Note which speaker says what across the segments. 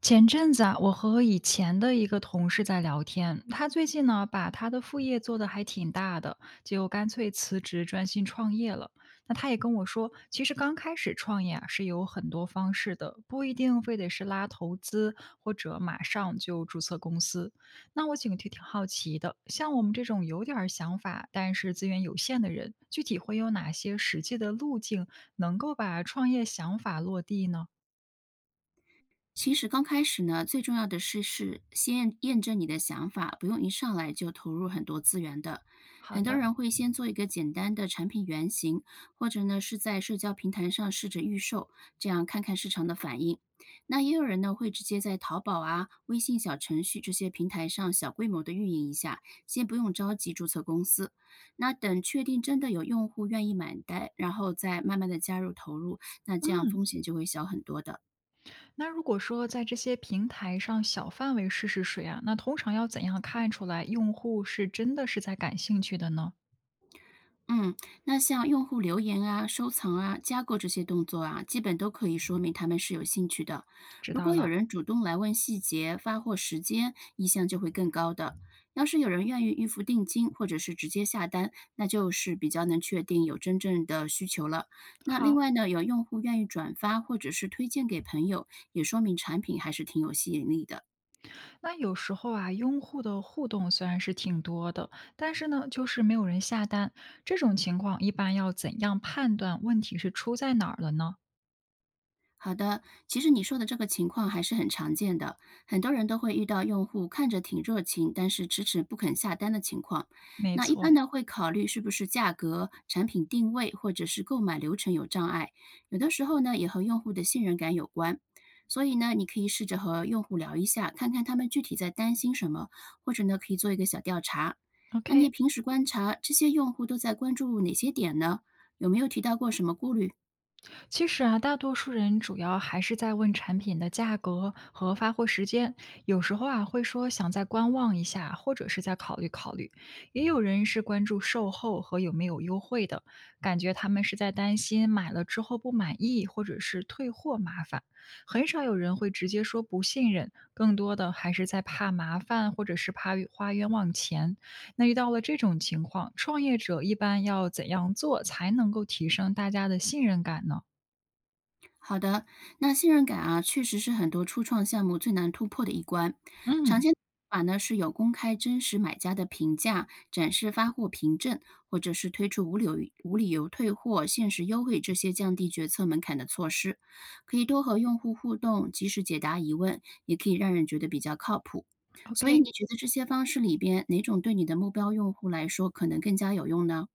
Speaker 1: 前阵子啊，我和以前的一个同事在聊天，他最近呢把他的副业做得还挺大的，就干脆辞职专心创业了。那他也跟我说，其实刚开始创业啊是有很多方式的，不一定非得是拉投资或者马上就注册公司。那我挺好奇的，像我们这种有点儿想法但是资源有限的人，具体会有哪些实际的路径能够把创业想法落地呢？
Speaker 2: 其实刚开始呢，最重要的是先验证你的想法，不用一上来就投入很多资源的。
Speaker 1: 好
Speaker 2: 很多
Speaker 1: 的。
Speaker 2: 人会先做一个简单的产品原型，或者呢是在社交平台上试着预售，这样看看市场的反应。那也有人呢会直接在淘宝啊、微信小程序这些平台上小规模的运营一下，先不用着急注册公司。那等确定真的有用户愿意买单，然后再慢慢的加入投入，那这样
Speaker 1: 嗯，
Speaker 2: 风险就会小很多的。
Speaker 1: 那如果说在这些平台上小范围试试水啊，那通常要怎样看出来用户是真的是在感兴趣的呢？
Speaker 2: 嗯，那像用户留言啊、收藏啊、加购这些动作啊，基本都可以说明他们是有兴趣的。
Speaker 1: 知
Speaker 2: 如
Speaker 1: 道
Speaker 2: 果有
Speaker 1: 了。
Speaker 2: 人主动来问细节、发货时间，意向就会更高的。要是有人愿意预付定金或者是直接下单，那就是比较能确定有真正的需求了。那另
Speaker 1: 好，
Speaker 2: 外呢，有用户愿意转发或者是推荐给朋友，也说明产品还是挺有吸引力的。
Speaker 1: 那有时候啊，用户的互动虽然是挺多的，但是呢，就是没有人下单。这种情况一般要怎样判断问题是出在哪儿了呢？
Speaker 2: 好的，其实你说的这个情况还是很常见的，很多人都会遇到用户看着挺热情，但是迟迟不肯下单的情况。
Speaker 1: 没
Speaker 2: 那一般
Speaker 1: 错
Speaker 2: 呢会考虑是不是价格、产品定位或者是购买流程有障碍，有的时候呢也和用户的信任感有关。所以呢，你可以试着和用户聊一下，看看他们具体在担心什么，或者呢可以做一个小调查。那
Speaker 1: ，OK。
Speaker 2: 你平时观察这些用户都在关注哪些点呢？有没有提到过什么顾虑？
Speaker 1: 其实啊，大多数人主要还是在问产品的价格和发货时间，有时候啊会说想再观望一下，或者是再考虑考虑。也有人是关注售后和有没有优惠的，感觉他们是在担心买了之后不满意，或者是退货麻烦。很少有人会直接说不信任，更多的还是在怕麻烦，或者是怕花冤枉钱。那遇到了这种情况，创业者一般要怎样做才能够提升大家的信任感呢？
Speaker 2: 好的，那信任感啊，确实是很多初创项目最难突破的一关。常
Speaker 1: 嗯
Speaker 2: 见的方法呢是有公开真实买家的评价、展示发货凭证，或者是推出无理由退货、限时优惠这些降低决策门槛的措施。可以多和用户互动，及时解答疑问，也可以让人觉得比较靠谱。所以你
Speaker 1: ，OK。
Speaker 2: 觉得这些方式里边，哪种对你的目标用户来说可能更加有用呢？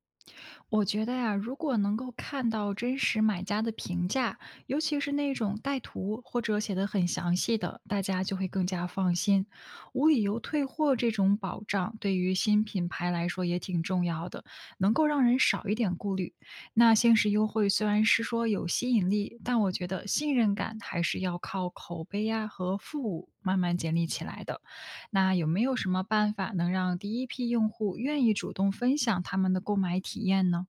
Speaker 1: 我觉得呀，如果能够看到真实买家的评价，尤其是那种带图或者写的很详细的，大家就会更加放心。无理由退货这种保障，对于新品牌来说也挺重要的，能够让人少一点顾虑。那限时优惠虽然是说有吸引力，但我觉得信任感还是要靠口碑呀和服务慢慢建立起来的。那有没有什么办法能让第一批用户愿意主动分享他们的购买体验呢？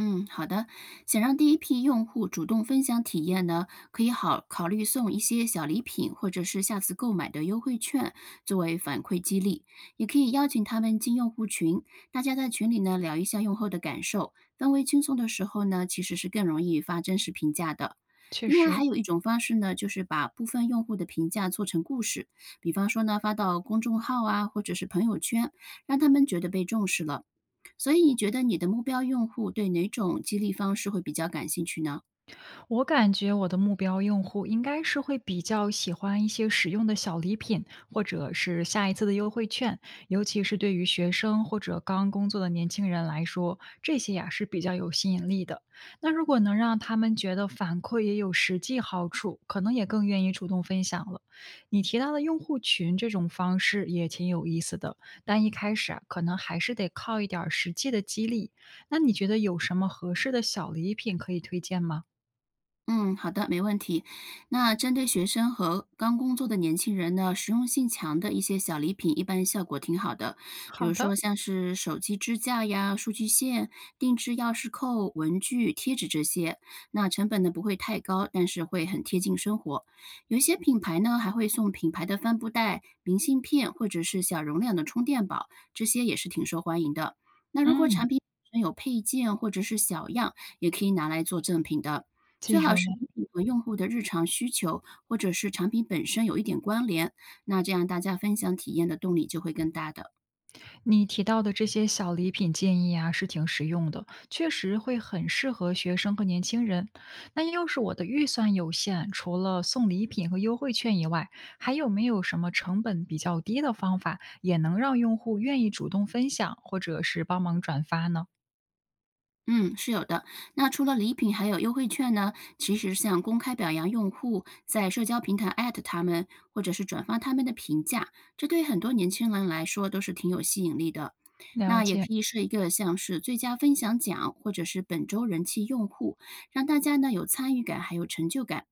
Speaker 2: 嗯，好的。想让第一批用户主动分享体验呢，可以好考虑送一些小礼品，或者是下次购买的优惠券作为反馈激励。也可以邀请他们进用户群，大家在群里呢聊一下用后的感受。氛围轻松的时候呢，其实是更容易发真实评价的。
Speaker 1: 确
Speaker 2: 另外
Speaker 1: 实。
Speaker 2: 还有一种方式呢，就是把部分用户的评价做成故事，比方说呢发到公众号啊，或者是朋友圈，让他们觉得被重视了。所以你觉得你的目标用户对哪种激励方式会比较感兴趣呢？
Speaker 1: 我感觉我的目标用户应该是会比较喜欢一些实用的小礼品，或者是下一次的优惠券，尤其是对于学生或者刚工作的年轻人来说，这些呀是比较有吸引力的。那如果能让他们觉得反馈也有实际好处，可能也更愿意主动分享了。你提到的用户群这种方式也挺有意思的，但一开始啊，可能还是得靠一点儿实际的激励。那你觉得有什么合适的小礼品可以推荐吗？
Speaker 2: 嗯，好的，没问题。那针对学生和刚工作的年轻人呢，实用性强的一些小礼品，一般效果挺好的。比
Speaker 1: 好
Speaker 2: 如
Speaker 1: 的。
Speaker 2: 说像是手机支架呀、数据线、定制钥匙扣、文具、贴纸这些。那成本呢不会太高，但是会很贴近生活。有一些品牌呢还会送品牌的帆布袋、明信片或者是小容量的充电宝，这些也是挺受欢迎的。那如果产
Speaker 1: 嗯，
Speaker 2: 品本身有配件或者是小样，也可以拿来做赠品的。最
Speaker 1: 记住
Speaker 2: 好是
Speaker 1: 了。
Speaker 2: 礼品和用户的日常需求或者是产品本身有一点关联，那这样大家分享体验的动力就会更大的。
Speaker 1: 你提到的这些小礼品建议啊，是挺实用的，确实会很适合学生和年轻人。那要是我的预算有限，除了送礼品和优惠券以外，还有没有什么成本比较低的方法，也能让用户愿意主动分享或者是帮忙转发呢？
Speaker 2: 嗯，是有的。那除了礼品，还有优惠券呢。其实像公开表扬用户，在社交平台艾特他们，或者是转发他们的评价，这对很多年轻人来说都是挺有吸引力的。
Speaker 1: 了
Speaker 2: 那也
Speaker 1: 解，
Speaker 2: 可以设一个像是最佳分享奖，或者是本周人气用户，让大家呢有参与感，还有成就感。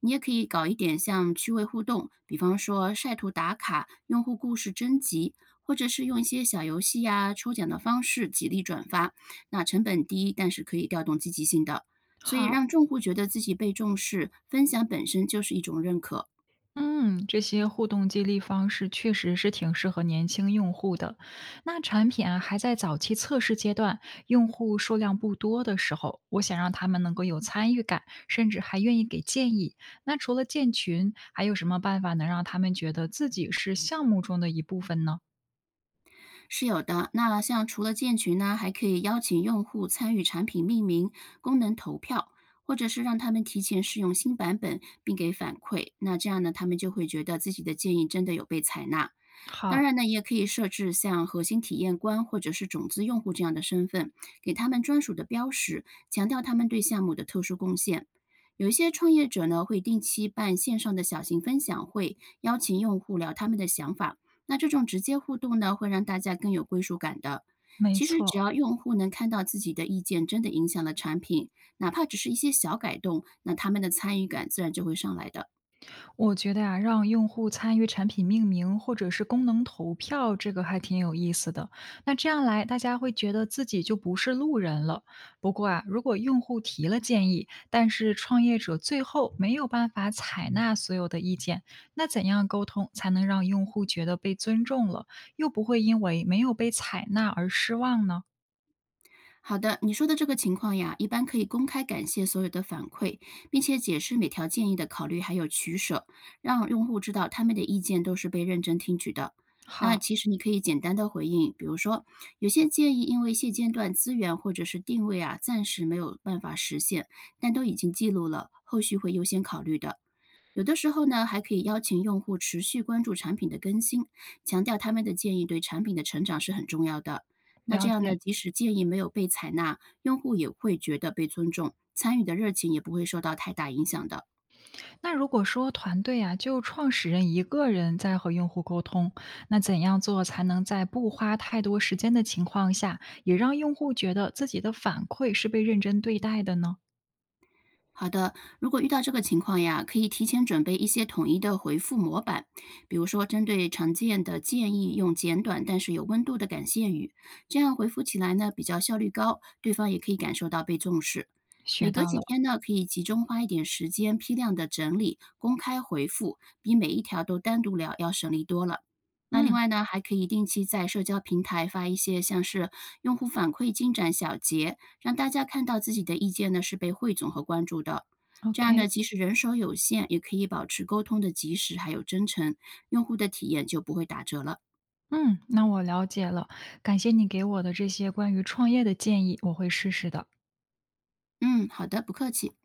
Speaker 2: 你也可以搞一点像趣味互动，比方说晒图打卡、用户故事征集，或者是用一些小游戏呀、抽奖的方式激励转发。那成本低，但是可以调动积极性的。所以
Speaker 1: 好。
Speaker 2: 让用户觉得自己被重视，分享本身就是一种认可，
Speaker 1: 嗯，这些互动激励方式确实是挺适合年轻用户的。那产品啊还在早期测试阶段，用户数量不多的时候，我想让他们能够有参与感，甚至还愿意给建议。那除了建群，还有什么办法能让他们觉得自己是项目中的一部分呢？
Speaker 2: 是有的。那像除了建群呢，还可以邀请用户参与产品命名、功能投票，或者是让他们提前试用新版本并给反馈。那这样呢，他们就会觉得自己的建议真的有被采纳。当
Speaker 1: 好，
Speaker 2: 然呢，也可以设置像核心体验官或者是种子用户这样的身份，给他们专属的标识，强调他们对项目的特殊贡献。有一些创业者呢，会定期办线上的小型分享会，邀请用户聊他们的想法。那这种直接互动呢，会让大家更有归属感的。
Speaker 1: 没
Speaker 2: 其实只
Speaker 1: 错。
Speaker 2: 要用户能看到自己的意见真的影响了产品，哪怕只是一些小改动，那他们的参与感自然就会上来的。
Speaker 1: 我觉得啊，让用户参与产品命名或者是功能投票，这个还挺有意思的。那这样来，大家会觉得自己就不是路人了。不过啊，如果用户提了建议，但是创业者最后没有办法采纳所有的意见，那怎样沟通才能让用户觉得被尊重了，又不会因为没有被采纳而失望呢？
Speaker 2: 好的，你说的这个情况呀，一般可以公开感谢所有的反馈，并且解释每条建议的考虑还有取舍，让用户知道他们的意见都是被认真听取的。那
Speaker 1: 好，
Speaker 2: 其实你可以简单的回应，比如说有些建议因为现阶段资源或者是定位啊，暂时没有办法实现，但都已经记录了，后续会优先考虑的。有的时候呢，还可以邀请用户持续关注产品的更新，强调他们的建议对产品的成长是很重要的。那这
Speaker 1: 了
Speaker 2: 样呢，
Speaker 1: 解。
Speaker 2: 即使建议没有被采纳，用户也会觉得被尊重，参与的热情也不会受到太大影响的。
Speaker 1: 那如果说团队啊，就创始人一个人在和用户沟通，那怎样做才能在不花太多时间的情况下，也让用户觉得自己的反馈是被认真对待的呢？
Speaker 2: 好的，如果遇到这个情况呀，可以提前准备一些统一的回复模板，比如说针对常见的建议用简短但是有温度的感谢语，这样回复起来呢比较效率高，对方也可以感受到被重视。每
Speaker 1: 学
Speaker 2: 隔
Speaker 1: 到
Speaker 2: 几
Speaker 1: 了，
Speaker 2: 天呢，可以集中花一点时间批量的整理、公开回复，比每一条都单独聊要省力多了。那另
Speaker 1: 嗯
Speaker 2: 外呢，还可以定期在社交平台发一些像是用户反馈进展小结，让大家看到自己的意见呢是被汇总和关注的。这样
Speaker 1: ，OK。
Speaker 2: 呢，即使人手有限，也可以保持沟通的及时还有真诚，用户的体验就不会打折了。
Speaker 1: 嗯，那我了解了，感谢你给我的这些关于创业的建议，我会试试的。
Speaker 2: 嗯，好的，不客气。